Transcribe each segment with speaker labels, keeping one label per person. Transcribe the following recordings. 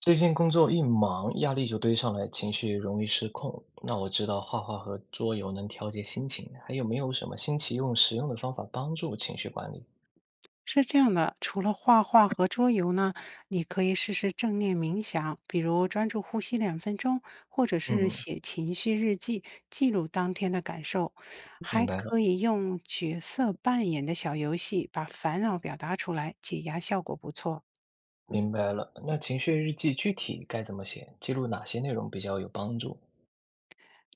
Speaker 1: 最近工作一忙，压力就堆上来，情绪容易失控。那我知道画画和桌游能调节心情，还有没有什么新奇又实用的方法帮助情绪管理？
Speaker 2: 是这样的，除了画画和桌游呢，你可以试试正念冥想，比如专注呼吸2分钟，或者是
Speaker 1: 嗯，
Speaker 2: 写情绪日记，记录当天的感受。
Speaker 1: 明
Speaker 2: 还
Speaker 1: 白了，
Speaker 2: 可以用角色扮演的小游戏，把烦恼表达出来，解压效果不错。
Speaker 1: 明白了。那情绪日记具体该怎么写？记录哪些内容比较有帮助？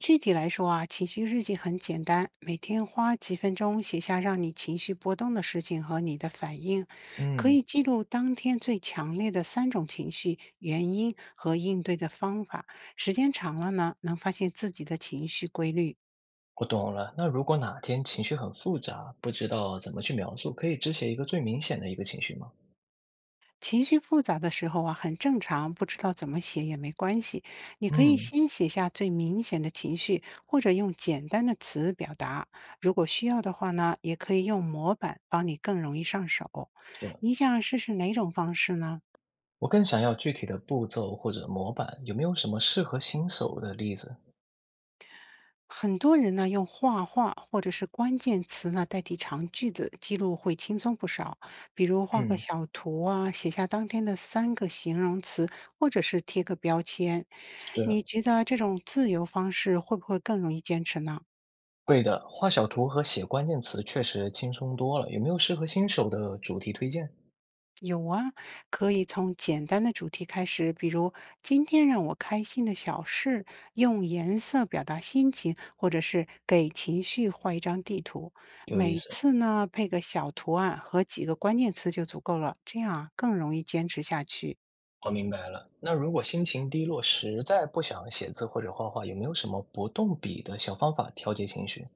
Speaker 2: 具体来说啊，情绪日记很简单，每天花几分钟写下让你情绪波动的事情和你的反应，可
Speaker 1: 嗯，
Speaker 2: 以记录当天最强烈的三种情绪原因和应对的方法。时间长了呢，能发现自己的情绪规律。
Speaker 1: 我懂了。那如果哪天情绪很复杂，不知道怎么去描述，可以只写一个最明显的一个情绪吗？
Speaker 2: 情绪复杂的时候啊，很正常，不知道怎么写也没关系。你可以
Speaker 1: 嗯，
Speaker 2: 先写下最明显的情绪，或者用简单的词表达。如果需要的话呢，也可以用模板帮你更容易上手。
Speaker 1: 对。
Speaker 2: 你想试试哪种方式呢？
Speaker 1: 我更想要具体的步骤或者模板，有没有什么适合新手的例子？
Speaker 2: 很多人呢用画画或者是关键词呢代替长句子，记录会轻松不少。比如画个
Speaker 1: 嗯。
Speaker 2: 小图啊，写下当天的三个形容词，或者是贴个标签。
Speaker 1: 是，
Speaker 2: 你觉得这种自由方式会不会更容易坚持呢？
Speaker 1: 会的，画小图和写关键词确实轻松多了。有没有适合新手的主题推荐？
Speaker 2: 有啊，可以从简单的主题开始，比如今天让我开心的小事，用颜色表达心情，或者是给情绪画一张地图。
Speaker 1: 有意
Speaker 2: 每
Speaker 1: 思，
Speaker 2: 次呢，配个小图案和几个关键词就足够了，这样啊更容易坚持下去。
Speaker 1: 我明白了。那如果心情低落，实在不想写字或者画画，有没有什么不动笔的小方法调节情绪？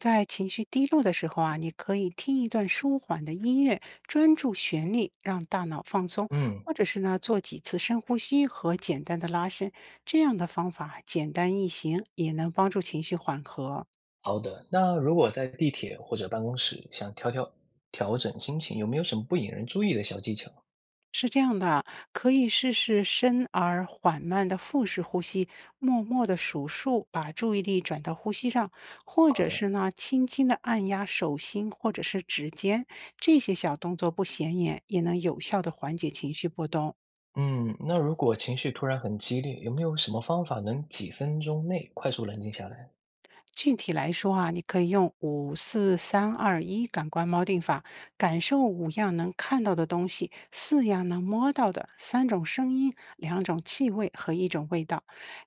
Speaker 2: 在情绪低落的时候啊，你可以听一段舒缓的音乐，专注旋律，让大脑放松，
Speaker 1: 嗯，
Speaker 2: 或者是呢做几次深呼吸和简单的拉伸，这样的方法简单易行，也能帮助情绪缓和。
Speaker 1: 好的。那如果在地铁或者办公室想调整心情，有没有什么不引人注意的小技巧？
Speaker 2: 是这样的，可以试试深而缓慢的腹式呼吸，默默的数数，把注意力转到呼吸上，或
Speaker 1: 好
Speaker 2: 者
Speaker 1: 的，
Speaker 2: 是呢，轻轻的按压手心或者是指尖，这些小动作不显眼，也能有效的缓解情绪波动。
Speaker 1: 嗯，那如果情绪突然很激烈，有没有什么方法能几分钟内快速冷静下来？
Speaker 2: 具体来说啊，你可以用54321感官锚定法，感受5样能看到的东西，4样能摸到的，三种声音，2种气味和一种味道，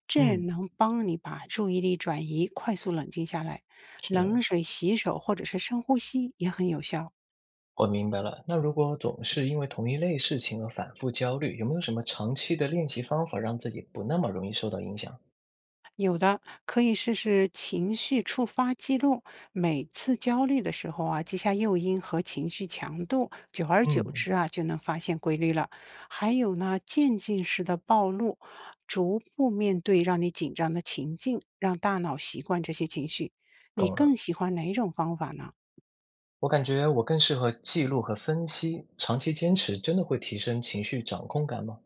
Speaker 2: 这
Speaker 1: 嗯，
Speaker 2: 能帮你把注意力转移，快速冷静下来。冷
Speaker 1: 是。
Speaker 2: 水洗手或者是深呼吸也很有效。
Speaker 1: 我明白了。那如果总是因为同一类事情而反复焦虑，有没有什么长期的练习方法让自己不那么容易受到影响？
Speaker 2: 有的可以试试情绪触发记录，每次焦虑的时候啊，记下诱因和情绪强度，久而久
Speaker 1: 嗯，
Speaker 2: 之啊，就能发现规律了。还有呢，渐进式的暴露，逐步面对让你紧张的情境，让大脑习惯这些情绪。你
Speaker 1: 懂
Speaker 2: 更
Speaker 1: 了。
Speaker 2: 喜欢哪种方法呢？
Speaker 1: 我感觉我更适合记录和分析，长期坚持真的会提升情绪掌控感吗？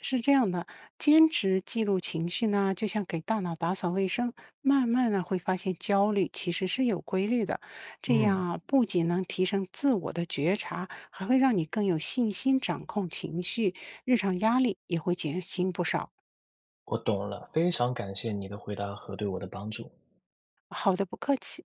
Speaker 2: 是这样的，坚持记录情绪呢，就像给大脑打扫卫生，慢慢呢会发现焦虑其实是有规律的。这
Speaker 1: 嗯，
Speaker 2: 样啊不仅能提升自我的觉察，还会让你更有信心掌控情绪，日常压力也会减轻不少。
Speaker 1: 我懂了，非常感谢你的回答和对我的帮助。
Speaker 2: 好的，不客气。